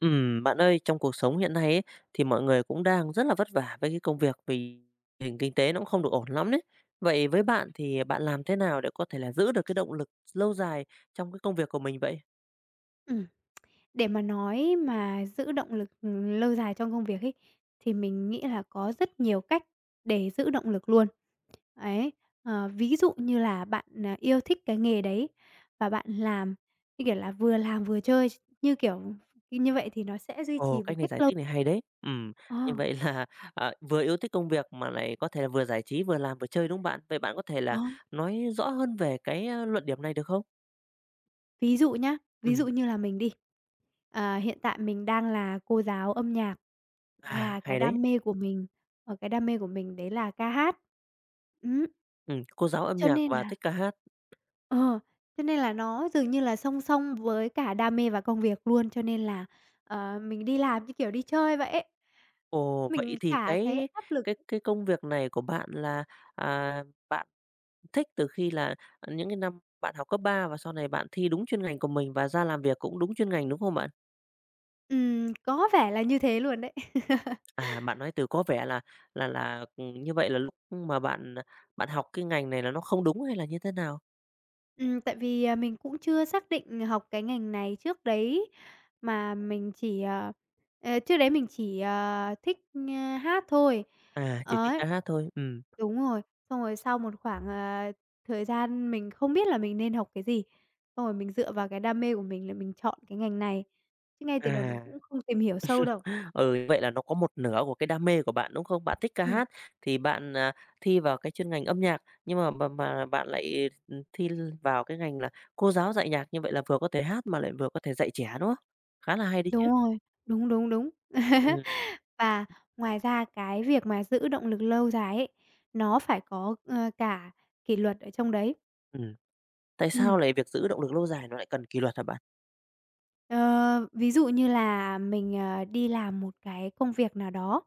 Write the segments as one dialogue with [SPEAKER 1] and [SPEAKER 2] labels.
[SPEAKER 1] Bạn ơi, trong cuộc sống hiện nay ấy, thì mọi người cũng đang rất là vất vả với cái công việc vì hình kinh tế nó cũng không được ổn lắm đấy. Vậy với bạn thì bạn làm thế nào để có thể là giữ được cái động lực lâu dài trong cái công việc của mình vậy?
[SPEAKER 2] Ừm, để mà nói mà giữ động lực, lâu dài trong công việc ấy, thì mình nghĩ là có rất nhiều cách để giữ động lực luôn. Ấy, ví dụ như là bạn, yêu thích cái nghề đấy và bạn làm, như kiểu là, vừa làm vừa chơi, như kiểu, như vậy thì nó sẽ duy
[SPEAKER 1] Ồ,
[SPEAKER 2] trì một
[SPEAKER 1] cách này
[SPEAKER 2] cách
[SPEAKER 1] giải
[SPEAKER 2] lâu.
[SPEAKER 1] thích này hay đấy.
[SPEAKER 2] Ờ,
[SPEAKER 1] Như vậy là vừa yêu thích công việc mà lại có thể là vừa giải trí, vừa làm, vừa chơi đúng không bạn? Vậy bạn có thể
[SPEAKER 2] ờ,
[SPEAKER 1] là nói rõ hơn về cái luận điểm này được không?
[SPEAKER 2] Ví dụ nhá, ví
[SPEAKER 1] Ừm,
[SPEAKER 2] dụ như là mình đi, hiện tại mình đang là cô giáo âm nhạc.
[SPEAKER 1] À,
[SPEAKER 2] Và cái
[SPEAKER 1] hay đấy.
[SPEAKER 2] đam mê của mình, cái đam mê của mình đấy là ca hát. Ừm.
[SPEAKER 1] Cô giáo âm
[SPEAKER 2] Cho
[SPEAKER 1] nhạc
[SPEAKER 2] nên
[SPEAKER 1] và
[SPEAKER 2] là
[SPEAKER 1] thích ca hát.
[SPEAKER 2] Ờ, cho nên là nó dường như là song song với cả đam mê và công việc luôn, cho nên là, mình đi làm như kiểu đi chơi vậy ấy.
[SPEAKER 1] Ồ, vậy
[SPEAKER 2] Mình
[SPEAKER 1] thì
[SPEAKER 2] chả thấy
[SPEAKER 1] cái
[SPEAKER 2] áp lực.
[SPEAKER 1] cái cái công việc này của bạn là, à, bạn thích từ khi là, những cái năm bạn học cấp 3 và sau này bạn thi đúng chuyên ngành của mình và ra làm việc cũng đúng chuyên ngành, đúng không bạn?
[SPEAKER 2] Có vẻ là như thế luôn đấy.
[SPEAKER 1] À, bạn nói từ có vẻ là, như vậy là lúc mà bạn bạn học cái ngành này là nó không đúng hay là như thế nào?
[SPEAKER 2] Tại vì, mình cũng chưa xác định học cái ngành này trước đấy, mà mình chỉ, trước đấy mình chỉ, thích, hát thôi,
[SPEAKER 1] À, chỉ thích ca
[SPEAKER 2] ấy.
[SPEAKER 1] hát thôi.
[SPEAKER 2] Đúng rồi, xong rồi sau một khoảng, thời gian mình không biết là mình nên học cái gì, xong rồi mình dựa vào cái đam mê của mình là mình chọn cái ngành này, chứ ngay từ đầu mình
[SPEAKER 1] À.
[SPEAKER 2] cũng không tìm hiểu sâu đâu.
[SPEAKER 1] Ừ, vậy là nó có một nửa của cái đam mê của bạn, đúng không? Bạn thích ca
[SPEAKER 2] Ừm.
[SPEAKER 1] hát thì bạn, thi vào cái chuyên ngành âm nhạc, nhưng mà bạn lại, thi vào cái ngành là cô giáo dạy nhạc, như vậy là vừa có thể hát mà lại vừa có thể dạy trẻ, đúng không? Khá là hay đấy chứ.
[SPEAKER 2] Đúng rồi, đúng, đúng, đúng.
[SPEAKER 1] Ừm,
[SPEAKER 2] Và ngoài ra cái việc mà giữ động lực lâu dài ấy, nó phải có, cả kỷ luật ở trong đấy.
[SPEAKER 1] ừm. Tại sao
[SPEAKER 2] Ừm,
[SPEAKER 1] lại việc giữ động lực lâu dài nó lại cần kỷ luật hả bạn?
[SPEAKER 2] ờ, Ví dụ như là mình, đi làm một cái công việc nào đó.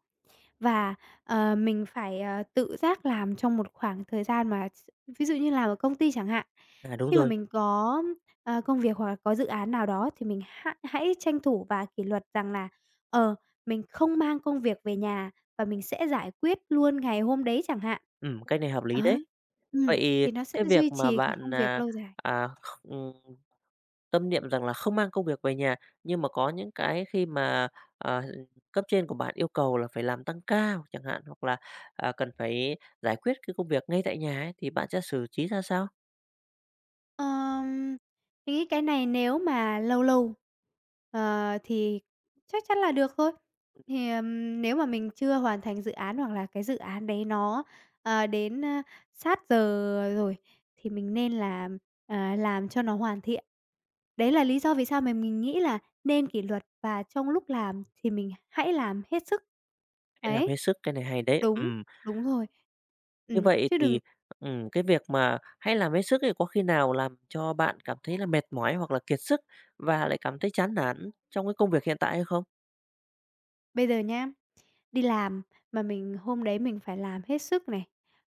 [SPEAKER 2] Và, mình phải, tự giác làm trong một khoảng thời gian mà ví dụ như làm ở công ty chẳng hạn,
[SPEAKER 1] À, đúng
[SPEAKER 2] khi mà
[SPEAKER 1] rồi,
[SPEAKER 2] mình có, công việc hoặc là có dự án nào đó thì mình hãy tranh thủ và kỷ luật rằng là, ờ, mình không mang công việc về nhà và mình sẽ giải quyết luôn ngày hôm đấy chẳng hạn.
[SPEAKER 1] ừ cách này hợp lý
[SPEAKER 2] Đó,
[SPEAKER 1] đấy. Vậy
[SPEAKER 2] thì nó sẽ
[SPEAKER 1] cái việc
[SPEAKER 2] duy
[SPEAKER 1] mà
[SPEAKER 2] trì cái công
[SPEAKER 1] bạn,
[SPEAKER 2] việc lâu dài.
[SPEAKER 1] à, tâm niệm rằng là không mang công việc về nhà, nhưng mà có những cái khi mà, ờ, cấp trên của bạn yêu cầu là phải làm tăng ca chẳng hạn, hoặc là, cần phải giải quyết cái công việc ngay tại nhà ấy, thì bạn sẽ xử trí ra sao?
[SPEAKER 2] Ờm, mình nghĩ cái này nếu mà lâu lâu, thì chắc chắn là được thôi. Thì, nếu mà mình chưa hoàn thành dự án hoặc là cái dự án đấy nó, đến, sát giờ rồi thì mình nên là, làm cho nó hoàn thiện. Đấy là lý do vì sao mà mình nghĩ là nên kỷ luật và trong lúc làm thì mình hãy làm hết sức.
[SPEAKER 1] Hãy làm hết
[SPEAKER 2] Đấy.
[SPEAKER 1] sức, cái này hay đấy.
[SPEAKER 2] Đúng, đúng rồi.
[SPEAKER 1] Như vậy
[SPEAKER 2] Chứ
[SPEAKER 1] thì,
[SPEAKER 2] đừng
[SPEAKER 1] cái việc mà hãy làm hết sức thì có khi nào làm cho bạn cảm thấy là mệt mỏi hoặc là kiệt sức và lại cảm thấy chán nản trong cái công việc hiện tại hay không?
[SPEAKER 2] bây giờ nhá. Đi làm mà mình hôm đấy mình phải làm hết sức này,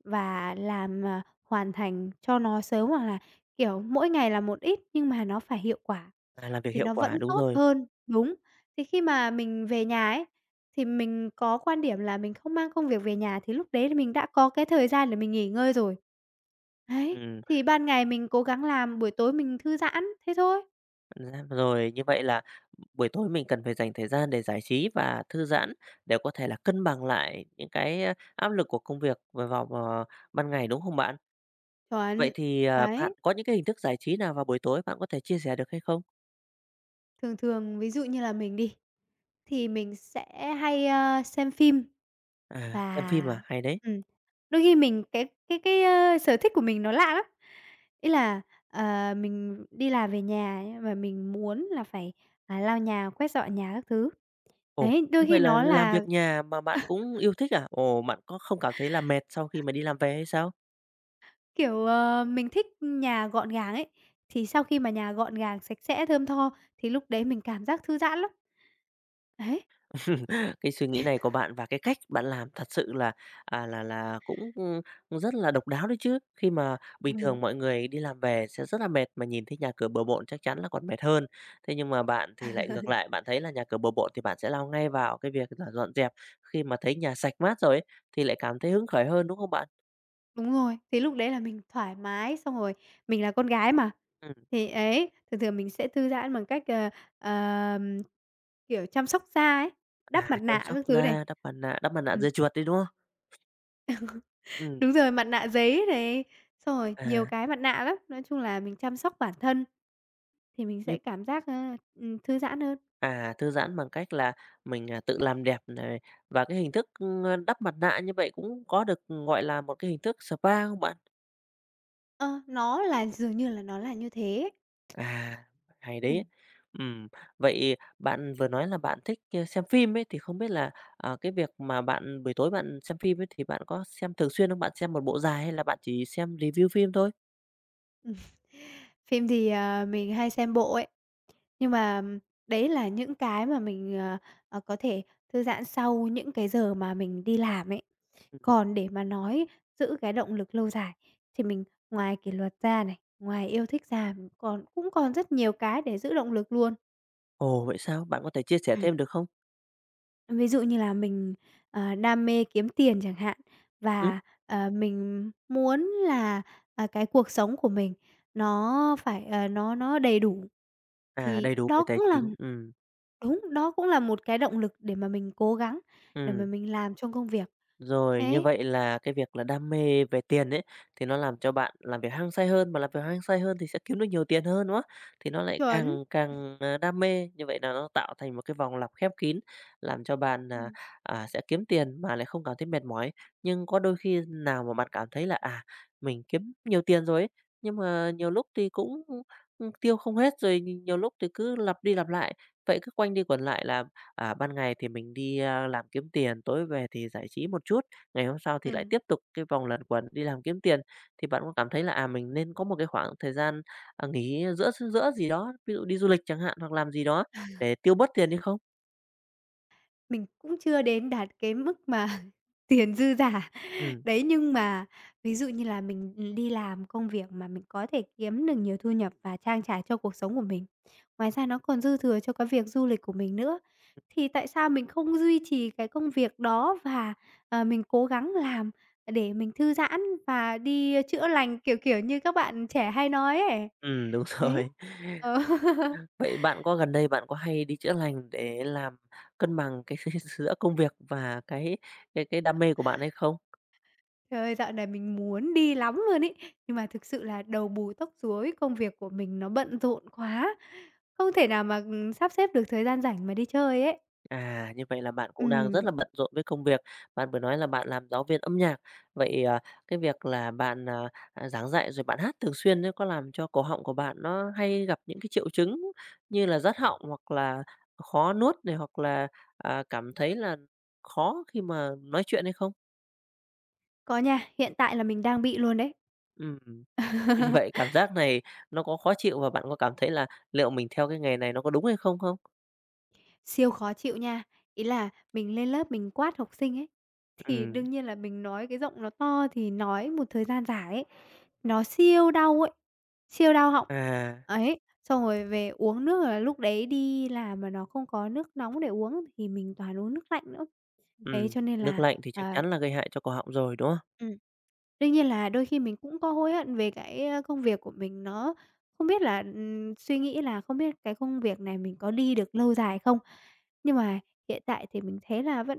[SPEAKER 2] và làm, hoàn thành cho nó sớm hoặc là, kiểu, mỗi ngày là một ít nhưng mà nó phải hiệu quả
[SPEAKER 1] À, làm việc
[SPEAKER 2] thì
[SPEAKER 1] hiệu
[SPEAKER 2] nó
[SPEAKER 1] quả,
[SPEAKER 2] vẫn
[SPEAKER 1] đúng
[SPEAKER 2] tốt
[SPEAKER 1] rồi.
[SPEAKER 2] hơn đúng. Thì khi mà mình về nhà ấy, thì mình có quan điểm là mình không mang công việc về nhà thì lúc đấy là mình đã có cái thời gian để mình nghỉ ngơi rồi. Đấy,
[SPEAKER 1] Ừm.
[SPEAKER 2] thì ban ngày mình cố gắng làm, buổi tối mình thư giãn, thế thôi.
[SPEAKER 1] Ra rồi, như vậy là buổi tối mình cần phải dành thời gian để giải trí và thư giãn để có thể là cân bằng lại những cái, áp lực của công việc vào, ban ngày, đúng không bạn? Vậy
[SPEAKER 2] Chuẩn.
[SPEAKER 1] thì,
[SPEAKER 2] Đấy,
[SPEAKER 1] bạn có những cái hình thức giải trí nào vào buổi tối, bạn có thể chia sẻ được hay không?
[SPEAKER 2] thường thường ví dụ như là mình đi. Thì mình sẽ hay, xem phim
[SPEAKER 1] À, xem phim à?
[SPEAKER 2] và,
[SPEAKER 1] Hay đấy.
[SPEAKER 2] ừm, đôi khi mình sở thích của mình nó lạ lắm. Ý là, mình đi làm về nhà nhưng mà mình muốn là phải, lau nhà, quét dọn nhà các thứ.
[SPEAKER 1] Ồ,
[SPEAKER 2] Đấy,
[SPEAKER 1] như
[SPEAKER 2] đôi khi
[SPEAKER 1] vậy là
[SPEAKER 2] nó
[SPEAKER 1] làm việc
[SPEAKER 2] là,
[SPEAKER 1] nhà mà bạn cũng yêu thích à? Ồ, bạn có không cảm thấy là mệt sau khi mà đi làm về hay sao?
[SPEAKER 2] kiểu, mình thích nhà gọn gàng ấy, thì sau khi mà nhà gọn gàng, sạch sẽ, thơm tho thì lúc đấy mình cảm giác thư giãn lắm. Đấy,
[SPEAKER 1] Cái suy nghĩ này của bạn và cái cách bạn làm thật sự là, cũng, cũng rất là độc đáo đấy chứ. Khi mà bình thường
[SPEAKER 2] ừm.
[SPEAKER 1] mọi người đi làm về sẽ rất là mệt mà nhìn thấy nhà cửa bừa bộn chắc chắn là còn mệt hơn. Thế nhưng mà bạn thì lại ngược lại, bạn thấy là nhà cửa bừa bộn thì bạn sẽ lao ngay vào cái việc là dọn dẹp. Khi mà thấy nhà sạch mát rồi ấy, thì lại cảm thấy hứng khởi hơn, đúng không bạn?
[SPEAKER 2] Đúng rồi, thì lúc đấy là mình thoải mái, xong rồi mình là con gái mà,
[SPEAKER 1] Ừm,
[SPEAKER 2] thì ấy, thường thường mình sẽ thư giãn bằng cách, ờm, kiểu, chăm sóc da ấy, đắp mặt
[SPEAKER 1] À, chăm
[SPEAKER 2] nạ
[SPEAKER 1] sóc
[SPEAKER 2] các thứ này.
[SPEAKER 1] da, đắp mặt nạ
[SPEAKER 2] Ừm,
[SPEAKER 1] dưa chuột đi đúng không? Ừ
[SPEAKER 2] đúng rồi, mặt nạ giấy này, xong rồi nhiều
[SPEAKER 1] à,
[SPEAKER 2] cái mặt nạ lắm, nói chung là mình chăm sóc bản thân thì mình
[SPEAKER 1] như
[SPEAKER 2] sẽ cảm giác, thư giãn hơn.
[SPEAKER 1] À, thư giãn bằng cách là mình, tự làm đẹp này, và cái hình thức, đắp mặt nạ như vậy cũng có được, gọi là, một cái hình thức spa không bạn?
[SPEAKER 2] Ờ, nó là dường như là nó là như thế ấy.
[SPEAKER 1] À, hay đấy.
[SPEAKER 2] Ừm.
[SPEAKER 1] Ừm, Vậy bạn vừa nói là bạn thích, xem phim ấy, thì không biết là, cái việc mà bạn buổi tối bạn xem phim ấy thì bạn có xem thường xuyên không? Bạn xem một bộ dài hay là bạn chỉ xem review phim thôi?
[SPEAKER 2] Phim thì, mình hay xem bộ ấy, nhưng mà đấy là những cái mà mình, có thể thư giãn sau những cái giờ mà mình đi làm ấy.
[SPEAKER 1] Ừm.
[SPEAKER 2] Còn để mà nói giữ cái động lực lâu dài thì mình ngoài kỷ luật ra này, ngoài yêu thích ra mình còn cũng còn rất nhiều cái để giữ động lực luôn.
[SPEAKER 1] Ồ, vậy sao? Bạn có thể chia sẻ thêm được không?
[SPEAKER 2] Ví dụ như là mình, đam mê kiếm tiền chẳng hạn,
[SPEAKER 1] Ừm,
[SPEAKER 2] và, mình muốn là, cái cuộc sống của mình nó phải, nó đầy đủ,
[SPEAKER 1] À,
[SPEAKER 2] thì
[SPEAKER 1] đầy đủ về
[SPEAKER 2] đó
[SPEAKER 1] tài
[SPEAKER 2] cũng là
[SPEAKER 1] chính, ừ,
[SPEAKER 2] đúng, đó cũng là một cái động lực để mà mình cố gắng, để mà
[SPEAKER 1] ừ.
[SPEAKER 2] mình làm trong công việc.
[SPEAKER 1] Rồi, như
[SPEAKER 2] Đấy,
[SPEAKER 1] vậy là cái việc là đam mê về tiền ấy, thì nó làm cho bạn làm việc hăng say hơn, mà làm việc hăng say hơn thì sẽ kiếm được nhiều tiền hơn, đúng không? Thì nó lại
[SPEAKER 2] chuẩn.
[SPEAKER 1] càng càng, đam mê, như vậy là nó tạo thành một cái vòng lặp khép kín, làm cho bạn,
[SPEAKER 2] Ừ.
[SPEAKER 1] sẽ kiếm tiền mà lại không cảm thấy mệt mỏi. Nhưng có đôi khi nào mà bạn cảm thấy là, mình kiếm nhiều tiền rồi ấy, nhưng mà nhiều lúc thì cũng, tiêu không hết, rồi nhiều lúc thì cứ lặp đi lặp lại, vậy cứ quanh đi quẩn lại là À, ban ngày thì mình đi, làm kiếm tiền, tối về thì giải trí một chút, ngày hôm sau thì lại
[SPEAKER 2] Ừm.
[SPEAKER 1] tiếp tục cái vòng luẩn quẩn đi làm kiếm tiền. Thì bạn có cảm thấy là, mình nên có một cái khoảng thời gian, nghỉ giữa giữa gì đó, ví dụ đi du lịch chẳng hạn, hoặc làm gì đó để tiêu bớt tiền đi không?
[SPEAKER 2] Mình cũng chưa đạt cái mức mà tiền dư giả.
[SPEAKER 1] Ừm,
[SPEAKER 2] Đấy, nhưng mà ví dụ như là mình, đi làm công việc mà mình có thể kiếm được nhiều thu nhập và trang trải cho cuộc sống của mình. Ngoài ra nó còn dư thừa cho cái việc du lịch của mình nữa, thì tại sao mình không duy trì cái công việc đó và, mình cố gắng làm để mình thư giãn và đi chữa lành, kiểu như các bạn trẻ hay nói ấy.
[SPEAKER 1] Đúng rồi.
[SPEAKER 2] Đấy. Ờ.
[SPEAKER 1] Vậy bạn có gần đây bạn có hay đi chữa lành để làm cân bằng cái giữa công việc và cái đam mê của bạn hay không?
[SPEAKER 2] Trời ơi, dạo này mình muốn đi lắm luôn ấy, nhưng mà thực sự là đầu bù tóc rối, công việc của mình nó bận rộn quá, không thể nào mà, sắp xếp được thời gian rảnh mà đi chơi ấy.
[SPEAKER 1] À, như vậy là bạn cũng đang rất là
[SPEAKER 2] Ừm,
[SPEAKER 1] bận rộn với công việc. Bạn vừa nói là bạn làm giáo viên âm nhạc. Vậy, cái việc là bạn, giảng dạy rồi bạn hát thường xuyên ấy có làm cho cổ họng của bạn nó hay gặp những cái triệu chứng như là rát họng hoặc là khó nuốt này, hoặc là, cảm thấy là khó khi mà nói chuyện hay không?
[SPEAKER 2] có nha, hiện tại là mình đang bị luôn đấy.
[SPEAKER 1] Ừm, Vậy cảm giác này nó có khó chịu và bạn có cảm thấy là liệu mình theo cái nghề này nó có đúng hay không không?
[SPEAKER 2] Siêu khó chịu nha. Ý là mình lên lớp mình quát học sinh ấy, thì
[SPEAKER 1] Ừm,
[SPEAKER 2] đương nhiên là mình nói cái giọng nó to thì nói một thời gian dài ấy, nó siêu đau ấy, siêu đau họng.
[SPEAKER 1] À,
[SPEAKER 2] Ấy, xong rồi về uống nước là lúc đấy đi làm mà nó không có nước nóng để uống thì mình toàn uống nước lạnh nữa. Thế cho nên
[SPEAKER 1] nước
[SPEAKER 2] là,
[SPEAKER 1] lạnh thì chắc
[SPEAKER 2] ờ
[SPEAKER 1] chắn là gây hại cho cổ họng rồi, đúng không?
[SPEAKER 2] ừm. Đương nhiên là đôi khi mình cũng có hối hận về cái, công việc của mình, nó không biết là, suy nghĩ là không biết cái công việc này mình có đi được lâu dài không. Nhưng mà hiện tại thì mình thấy là vẫn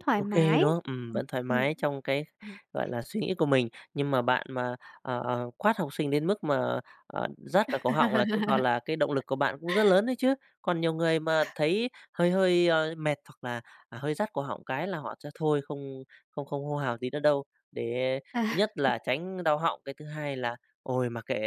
[SPEAKER 2] thoải
[SPEAKER 1] OK kê,
[SPEAKER 2] mái.
[SPEAKER 1] đúng không?
[SPEAKER 2] Ừm,
[SPEAKER 1] Vẫn thoải
[SPEAKER 2] ừm.
[SPEAKER 1] mái trong cái,
[SPEAKER 2] Ừm.
[SPEAKER 1] gọi là, suy nghĩ của mình. Nhưng mà bạn mà, quát học sinh đến mức mà, rát cả cổ họng là chứng tỏ là cái động lực của bạn cũng rất lớn đấy chứ. Còn nhiều người mà thấy hơi hơi, mệt hoặc là, hơi rát cổ họng cái là họ sẽ thôi không không không hô hào gì nữa đâu. Để thứ
[SPEAKER 2] À.
[SPEAKER 1] nhất là tránh đau họng, cái thứ hai là "Ôi, mặc kệ,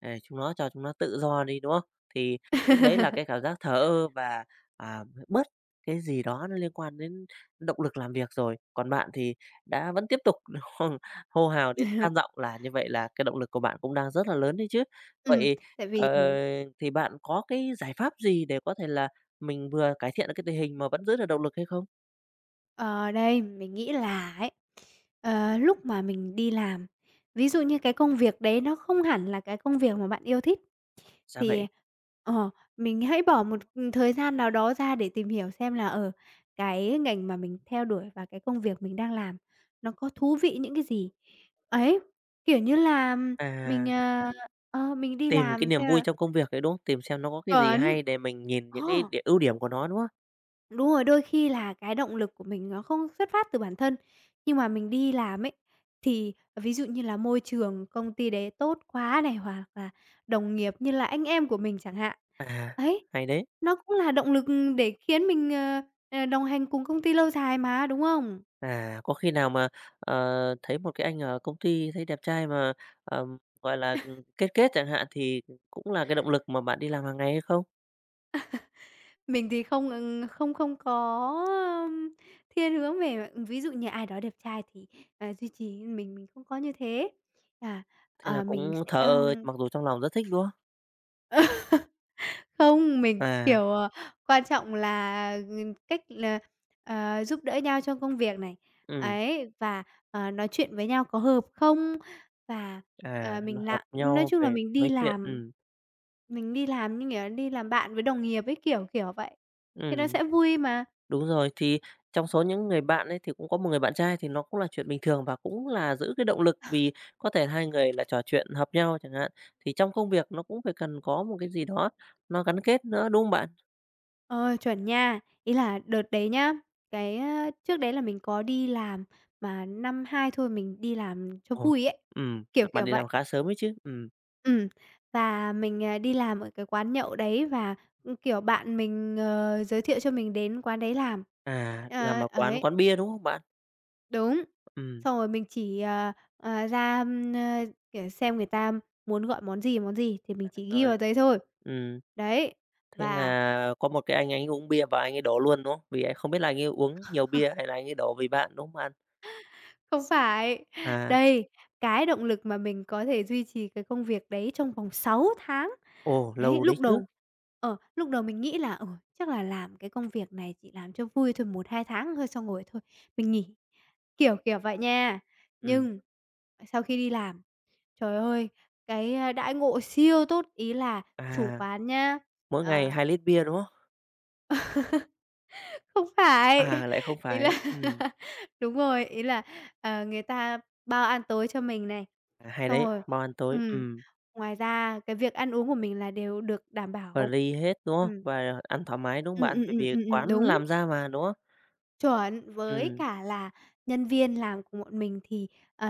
[SPEAKER 1] chúng nó, cho chúng nó tự do đi", đúng không? Thì lúc đấy là cái cảm giác thờ ơ và, bớt cái gì đó nó liên quan đến động lực làm việc rồi, còn bạn thì đã vẫn tiếp tục hô hào đến khan giọng là như vậy là cái động lực của bạn cũng đang rất là lớn đấy chứ.
[SPEAKER 2] Ừm,
[SPEAKER 1] Vậy,
[SPEAKER 2] Tại
[SPEAKER 1] ờ,
[SPEAKER 2] vì,
[SPEAKER 1] thì bạn có cái giải pháp gì để có thể là mình vừa cải thiện được cái tình hình mà vẫn giữ được động lực hay không?
[SPEAKER 2] ở đây, mình nghĩ là ấy, lúc mà mình đi làm, ví dụ như cái công việc đấy nó không hẳn là cái công việc mà bạn yêu thích.
[SPEAKER 1] Dạ vậy.
[SPEAKER 2] Thì, ờ, mình hãy bỏ một, thời gian nào đó ra để tìm hiểu xem là, ở cái ngành mà mình theo đuổi và cái công việc mình đang làm nó có thú vị những cái gì. Ấy, kiểu như là, mình,
[SPEAKER 1] À,
[SPEAKER 2] ờ, mình đi
[SPEAKER 1] tìm cái
[SPEAKER 2] làm
[SPEAKER 1] niềm
[SPEAKER 2] xem
[SPEAKER 1] vui
[SPEAKER 2] là
[SPEAKER 1] trong công việc đấy, đúng không? Tìm xem nó có cái gì
[SPEAKER 2] chuẩn.
[SPEAKER 1] hay để mình nhìn những
[SPEAKER 2] Ờ.
[SPEAKER 1] cái điểm ưu điểm của nó, đúng không?
[SPEAKER 2] Đúng rồi, đôi khi là cái động lực của mình nó không xuất phát từ bản thân, nhưng mà mình đi làm ấy, thì ví dụ như là môi trường công ty đấy tốt quá này, hoặc là đồng nghiệp như là anh em của mình chẳng hạn.
[SPEAKER 1] À,
[SPEAKER 2] Ấy,
[SPEAKER 1] hay đấy.
[SPEAKER 2] nó cũng là động lực để khiến mình, đồng hành cùng công ty lâu dài mà, đúng không?
[SPEAKER 1] À, có khi nào mà, ờ, thấy một cái anh ở công ty thấy đẹp trai mà, gọi là, kết kết chẳng hạn thì cũng là cái động lực mà bạn đi làm hàng ngày hay không?
[SPEAKER 2] Mình thì không, không có, ưm, thiên hướng về ví dụ như ai đó đẹp trai thì, duy trì, mình không có như thế. À,
[SPEAKER 1] Thế là
[SPEAKER 2] mình
[SPEAKER 1] cũng
[SPEAKER 2] sẽ.
[SPEAKER 1] thờ ơ, mặc dù trong lòng rất thích, đúng không?
[SPEAKER 2] Không, mình,
[SPEAKER 1] À,
[SPEAKER 2] kiểu, quan trọng là, cách là, giúp đỡ nhau trong công việc này,
[SPEAKER 1] ừm,
[SPEAKER 2] ấy, và, nói chuyện với nhau có hợp không? Và,
[SPEAKER 1] nó
[SPEAKER 2] mình
[SPEAKER 1] hợp
[SPEAKER 2] làm nói
[SPEAKER 1] nhau
[SPEAKER 2] chung là
[SPEAKER 1] về
[SPEAKER 2] mình đi
[SPEAKER 1] mấy chuyện
[SPEAKER 2] làm mình đi làm, như kiểu đi làm bạn với đồng nghiệp ấy, kiểu vậy, thì nó
[SPEAKER 1] ừm,
[SPEAKER 2] sẽ vui mà.
[SPEAKER 1] đúng rồi. Thì trong số những người bạn ấy thì cũng có một người bạn trai thì nó cũng là chuyện bình thường và cũng là giữ cái động lực vì có thể hai người là trò chuyện hợp nhau chẳng hạn. Thì trong công việc nó cũng phải cần có một cái gì đó nó gắn kết nữa, đúng không bạn?
[SPEAKER 2] Ờ, Chuẩn nha. Ý là đợt đấy nhá, trước đấy là mình có đi làm, mà năm 2 thôi mình đi làm cho
[SPEAKER 1] Ồ,
[SPEAKER 2] vui ấy,
[SPEAKER 1] ừm, bạn
[SPEAKER 2] kiểu
[SPEAKER 1] đi
[SPEAKER 2] vậy.
[SPEAKER 1] làm khá sớm ấy chứ.
[SPEAKER 2] Ừm, và mình, đi làm ở cái quán nhậu đấy và, kiểu, bạn mình, giới thiệu cho mình đến quán đấy làm.
[SPEAKER 1] À. Làm ở quán
[SPEAKER 2] Ấy,
[SPEAKER 1] quán bia, đúng không bạn?
[SPEAKER 2] đúng,
[SPEAKER 1] Ừm,
[SPEAKER 2] xong rồi mình chỉ, ra, kiểu, xem người ta muốn gọi món gì thì mình chỉ ghi vào
[SPEAKER 1] Rồi.
[SPEAKER 2] đấy thôi.
[SPEAKER 1] ừm,
[SPEAKER 2] Đấy,
[SPEAKER 1] Thế
[SPEAKER 2] và
[SPEAKER 1] là có một cái anh ấy uống bia và anh ấy đổ luôn, đúng không? Vì anh không biết là anh ấy uống nhiều bia hay là anh ấy đổ vì bạn, đúng không bạn?
[SPEAKER 2] Không phải.
[SPEAKER 1] À,
[SPEAKER 2] Đây, cái động lực mà mình có thể duy trì cái công việc đấy trong vòng 6 tháng.
[SPEAKER 1] ồ,
[SPEAKER 2] Đấy,
[SPEAKER 1] lâu đấy
[SPEAKER 2] lúc
[SPEAKER 1] chứ.
[SPEAKER 2] đầu mình nghĩ là, chắc là làm cái công việc này chỉ làm cho vui thôi, 1-2 tháng thôi xong rồi thôi mình nghỉ, kiểu vậy nha.
[SPEAKER 1] Ừm,
[SPEAKER 2] Nhưng sau khi đi làm, trời ơi, đãi ngộ siêu tốt, ý là chủ
[SPEAKER 1] À,
[SPEAKER 2] quán nhá,
[SPEAKER 1] mỗi ngày
[SPEAKER 2] ờ
[SPEAKER 1] 2 lít bia, đúng không?
[SPEAKER 2] không phải,
[SPEAKER 1] À, lại không
[SPEAKER 2] ý
[SPEAKER 1] phải.
[SPEAKER 2] là đúng rồi, ý là, người ta bao ăn tối cho mình này,
[SPEAKER 1] À, hay
[SPEAKER 2] xong
[SPEAKER 1] đấy,
[SPEAKER 2] rồi. À.
[SPEAKER 1] bao ăn tối,
[SPEAKER 2] ừm, Ngoài ra cái việc ăn uống của mình là đều được đảm
[SPEAKER 1] và
[SPEAKER 2] bảo.
[SPEAKER 1] ly hết, đúng không?
[SPEAKER 2] Ừm.
[SPEAKER 1] Và ăn thoải mái, đúng không bạn? Bởi vì quán
[SPEAKER 2] Đúng.
[SPEAKER 1] làm ra mà, đúng không?
[SPEAKER 2] Chuẩn, với
[SPEAKER 1] Ừm,
[SPEAKER 2] cả là nhân viên làm cùng bọn mình thì, ờ,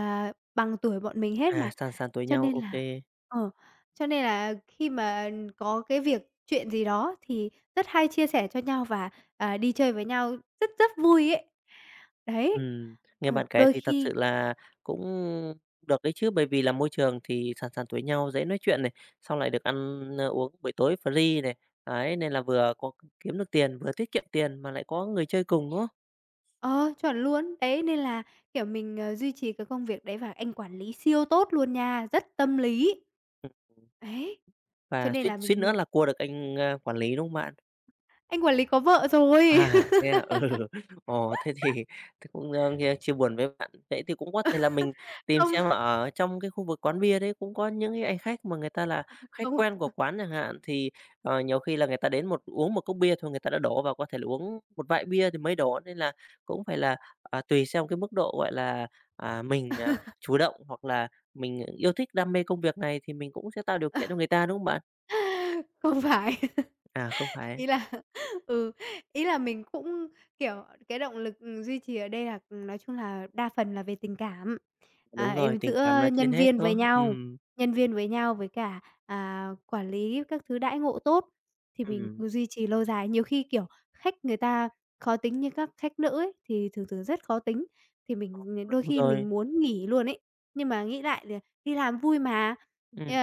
[SPEAKER 2] bằng tuổi bọn mình hết
[SPEAKER 1] À,
[SPEAKER 2] mà,
[SPEAKER 1] san san tối
[SPEAKER 2] cho
[SPEAKER 1] nhau,
[SPEAKER 2] nên
[SPEAKER 1] ô
[SPEAKER 2] là
[SPEAKER 1] kê.
[SPEAKER 2] ờ, cho nên là khi mà có cái việc chuyện gì đó thì rất hay chia sẻ cho nhau và, đi chơi với nhau rất rất vui ấy. Đấy,
[SPEAKER 1] Nghe
[SPEAKER 2] ừ,
[SPEAKER 1] bạn kể thì thật sự là cũng được đấy chứ, bởi vì là môi trường thì sàn sàn tuổi nhau dễ nói chuyện này, xong lại được ăn, uống buổi tối free này, đấy nên là vừa có kiếm được tiền, vừa tiết kiệm tiền mà lại có người chơi cùng, đúng không?
[SPEAKER 2] chuẩn luôn. Đấy, nên là, kiểu, mình, duy trì cái công việc đấy và anh quản lý siêu tốt luôn nha, rất tâm lý.
[SPEAKER 1] Ừm,
[SPEAKER 2] Đấy, cho
[SPEAKER 1] và
[SPEAKER 2] nên
[SPEAKER 1] suýt
[SPEAKER 2] là
[SPEAKER 1] suýt nữa là cua được anh, quản lý, đúng không bạn?
[SPEAKER 2] anh quản lý có vợ rồi.
[SPEAKER 1] À, thế à? Ừ. Ồ, thế thì thế cũng, nghe chia buồn với bạn. Vậy thì cũng có thể là mình tìm
[SPEAKER 2] Không
[SPEAKER 1] xem ở trong cái khu vực quán bia đấy cũng có những cái anh khách mà người ta là khách
[SPEAKER 2] Không.
[SPEAKER 1] quen của quán chẳng hạn, thì, nhiều khi là người ta đến một uống một cốc bia thôi người ta đã đổ và có thể là uống một vại bia thì mới đổ, nên là cũng phải là, tùy xem cái mức độ, gọi là, à, mình, chủ động hoặc là mình yêu thích, đam mê công việc này thì mình cũng sẽ tạo điều kiện cho người ta, đúng không bạn?
[SPEAKER 2] Không phải.
[SPEAKER 1] À, không phải,
[SPEAKER 2] Ý là ừ, ý là mình cũng, kiểu, cái động lực, ừ, duy trì ở đây là, ừ, nói chung là đa phần là về tình cảm,
[SPEAKER 1] đúng rồi, tình
[SPEAKER 2] giữa
[SPEAKER 1] cảm là trên
[SPEAKER 2] nhân
[SPEAKER 1] hết,
[SPEAKER 2] viên
[SPEAKER 1] đúng
[SPEAKER 2] với
[SPEAKER 1] không?
[SPEAKER 2] nhau, nhân viên với nhau với cả, quản lý các thứ đãi ngộ tốt thì mình
[SPEAKER 1] Ừm.
[SPEAKER 2] cứ duy trì lâu dài. Nhiều khi, kiểu, khách người ta khó tính như các khách nữ ấy, thì thường thường rất khó tính, thì mình
[SPEAKER 1] Ờ,
[SPEAKER 2] đôi
[SPEAKER 1] đúng
[SPEAKER 2] khi
[SPEAKER 1] rồi,
[SPEAKER 2] mình muốn nghỉ luôn ấy, nhưng mà nghĩ lại thì đi làm vui mà.
[SPEAKER 1] ừm,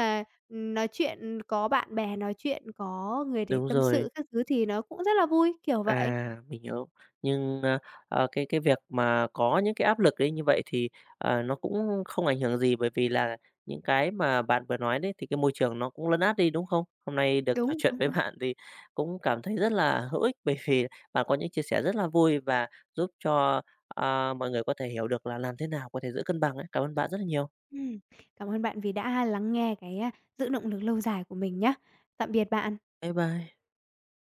[SPEAKER 2] Nói chuyện có bạn bè, nói chuyện có người để
[SPEAKER 1] đúng
[SPEAKER 2] tâm
[SPEAKER 1] rồi.
[SPEAKER 2] sự các thứ thì nó cũng rất là vui, kiểu vậy.
[SPEAKER 1] À, mình hiểu. Nhưng, cái việc mà có những cái áp lực đấy như vậy thì, nó cũng không ảnh hưởng gì bởi vì là những cái mà bạn vừa nói đấy thì cái môi trường nó cũng lấn át đi, đúng không? Hôm nay được trò
[SPEAKER 2] Đúng,
[SPEAKER 1] chuyện
[SPEAKER 2] đúng,
[SPEAKER 1] với
[SPEAKER 2] đúng.
[SPEAKER 1] bạn thì cũng cảm thấy rất là hữu ích bởi vì bạn có những chia sẻ rất là vui và giúp cho, mọi người có thể hiểu được là làm thế nào có thể giữ cân bằng ấy. Cảm ơn bạn rất là nhiều.
[SPEAKER 2] Ừm, Cảm ơn bạn vì đã lắng nghe cái, giữ động lực lâu dài của mình nhá. Tạm biệt bạn.
[SPEAKER 1] Bye bye.